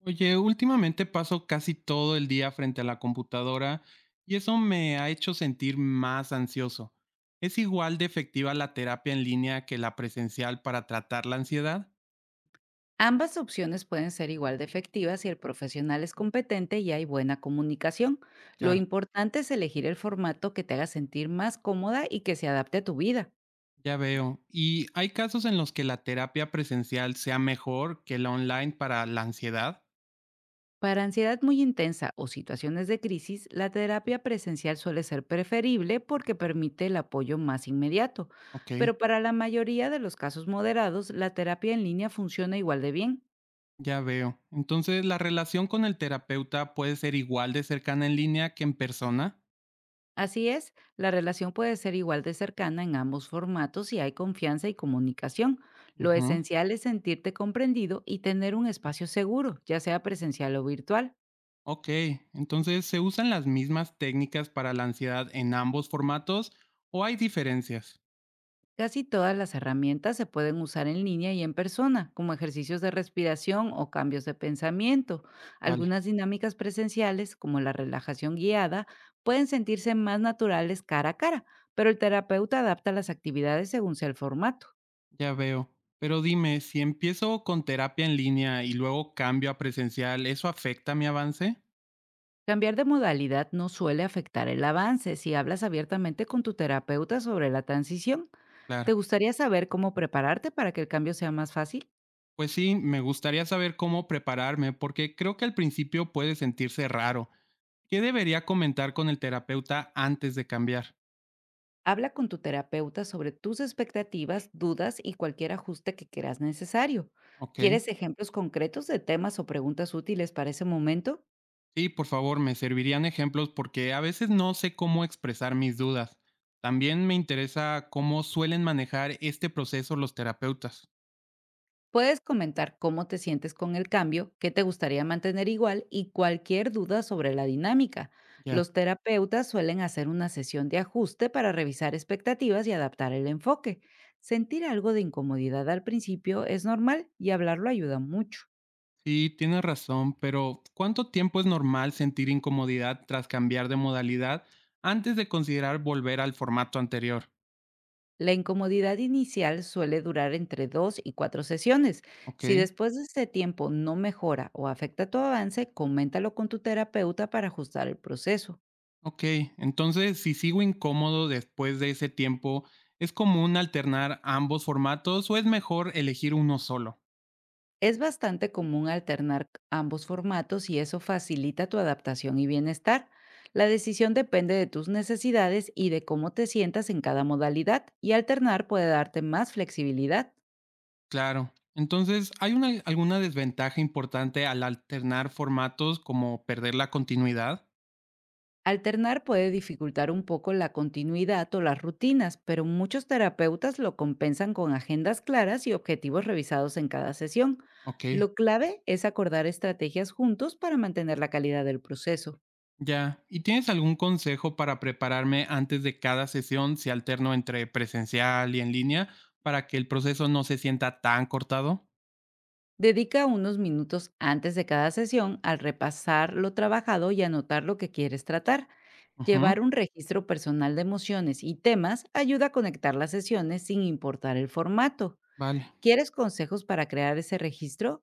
Oye, últimamente paso casi todo el día frente a la computadora y eso me ha hecho sentir más ansioso. ¿Es igual de efectiva la terapia en línea que la presencial para tratar la ansiedad? Ambas opciones pueden ser igual de efectivas si el profesional es competente y hay buena comunicación. Lo Claro. importante es elegir el formato que te haga sentir más cómoda y que se adapte a tu vida. Ya veo. ¿Y hay casos en los que la terapia presencial sea mejor que la online para la ansiedad? Para ansiedad muy intensa o situaciones de crisis, la terapia presencial suele ser preferible porque permite el apoyo más inmediato, Ok, pero para la mayoría de los casos moderados, la terapia en línea funciona igual de bien. ya veo. Entonces, ¿la relación con el terapeuta puede ser igual de cercana en línea que en persona? Así es, la relación puede ser igual de cercana en ambos formatos si hay confianza y comunicación. Lo Ujú. esencial es sentirte comprendido y tener un espacio seguro, ya sea presencial o virtual. Ok, entonces, ¿se usan las mismas técnicas para la ansiedad en ambos formatos o hay diferencias? Casi todas las herramientas se pueden usar en línea y en persona, como ejercicios de respiración o cambios de pensamiento. Vale, Algunas dinámicas presenciales, como la relajación guiada, pueden sentirse más naturales cara a cara, pero el terapeuta adapta las actividades según sea el formato. ya veo. Pero dime, si empiezo con terapia en línea y luego cambio a presencial, ¿eso afecta mi avance? Cambiar de modalidad no suele afectar el avance si hablas abiertamente con tu terapeuta sobre la transición. Claro. ¿Te gustaría saber cómo prepararte para que el cambio sea más fácil? Pues sí, me gustaría saber cómo prepararme porque creo que al principio puede sentirse raro. ¿Qué debería comentar con el terapeuta antes de cambiar? Habla con tu terapeuta sobre tus expectativas, dudas y cualquier ajuste que creas necesario. Ok. ¿Quieres ejemplos concretos de temas o preguntas útiles para ese momento? Sí, por favor, me servirían ejemplos porque a veces no sé cómo expresar mis dudas. También me interesa cómo suelen manejar este proceso los terapeutas. Puedes comentar cómo te sientes con el cambio, qué te gustaría mantener igual y cualquier duda sobre la dinámica. Ya. Los terapeutas suelen hacer una sesión de ajuste para revisar expectativas y adaptar el enfoque. Sentir algo de incomodidad al principio es normal y hablarlo ayuda mucho. Sí, tienes razón, pero ¿cuánto tiempo es normal sentir incomodidad tras cambiar de modalidad antes de considerar volver al formato anterior? La incomodidad inicial suele durar entre 2 y 4 sesiones. Ok, Si después de ese tiempo no mejora o afecta tu avance, coméntalo con tu terapeuta para ajustar el proceso. ok. Entonces, si sigo incómodo después de ese tiempo, ¿es común alternar ambos formatos o es mejor elegir uno solo? Es bastante común alternar ambos formatos y eso facilita tu adaptación y bienestar. La decisión depende de tus necesidades y de cómo te sientas en cada modalidad y alternar puede darte más flexibilidad. Claro. Entonces, ¿hay una, alguna desventaja importante al alternar formatos como perder la continuidad? Alternar puede dificultar un poco la continuidad o las rutinas, pero muchos terapeutas lo compensan con agendas claras y objetivos revisados en cada sesión. Ok, Lo clave es acordar estrategias juntos para mantener la calidad del proceso. ya. ¿Y tienes algún consejo para prepararme antes de cada sesión si alterno entre presencial y en línea para que el proceso no se sienta tan cortado? Dedica unos minutos antes de cada sesión al repasar lo trabajado y anotar lo que quieres tratar. Ujú, Llevar un registro personal de emociones y temas ayuda a conectar las sesiones sin importar el formato. vale. ¿Quieres consejos para crear ese registro?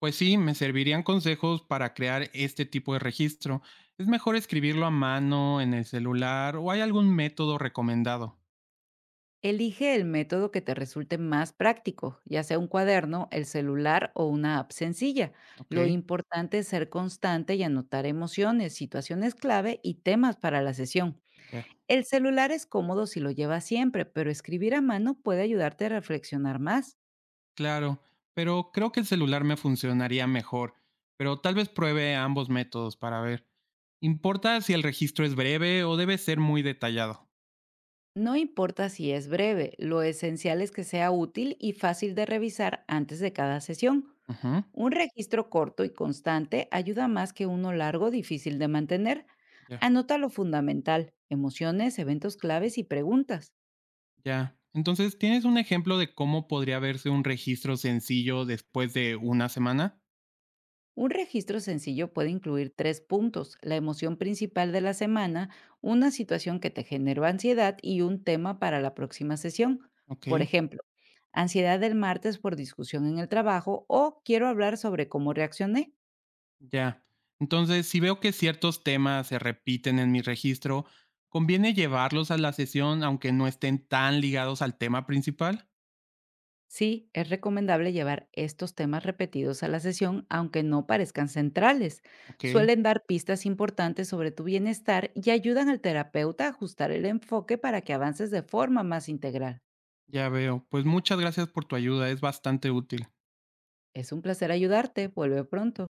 Pues sí, me servirían consejos para crear este tipo de registro. ¿Es mejor escribirlo a mano, en el celular o hay algún método recomendado? Elige el método que te resulte más práctico, ya sea un cuaderno, el celular o una app sencilla. Ok, Lo importante es ser constante y anotar emociones, situaciones clave y temas para la sesión. ya. El celular es cómodo si lo llevas siempre, pero escribir a mano puede ayudarte a reflexionar más. Claro, pero creo que el celular me funcionaría mejor, pero tal vez pruebe ambos métodos para ver. Importa si el registro es breve o debe ser muy detallado. No importa si es breve, lo esencial es que sea útil y fácil de revisar antes de cada sesión. Ujú, Un registro corto y constante ayuda más que uno largo difícil de mantener. Ya, Anota lo fundamental, emociones, eventos claves y preguntas. ya. Entonces, ¿tienes un ejemplo de cómo podría verse un registro sencillo después de una semana? Un registro sencillo puede incluir 3 puntos, la emoción principal de la semana, una situación que te generó ansiedad y un tema para la próxima sesión. Ok, Por ejemplo, ansiedad del martes por discusión en el trabajo o quiero hablar sobre cómo reaccioné. ya. Entonces, si veo que ciertos temas se repiten en mi registro, ¿conviene llevarlos a la sesión aunque no estén tan ligados al tema principal? Sí, es recomendable llevar estos temas repetidos a la sesión, aunque no parezcan centrales. Ok. Suelen dar pistas importantes sobre tu bienestar y ayudan al terapeuta a ajustar el enfoque para que avances de forma más integral. Ya veo. Pues muchas gracias por tu ayuda, es bastante útil. Es un placer ayudarte. Vuelve pronto.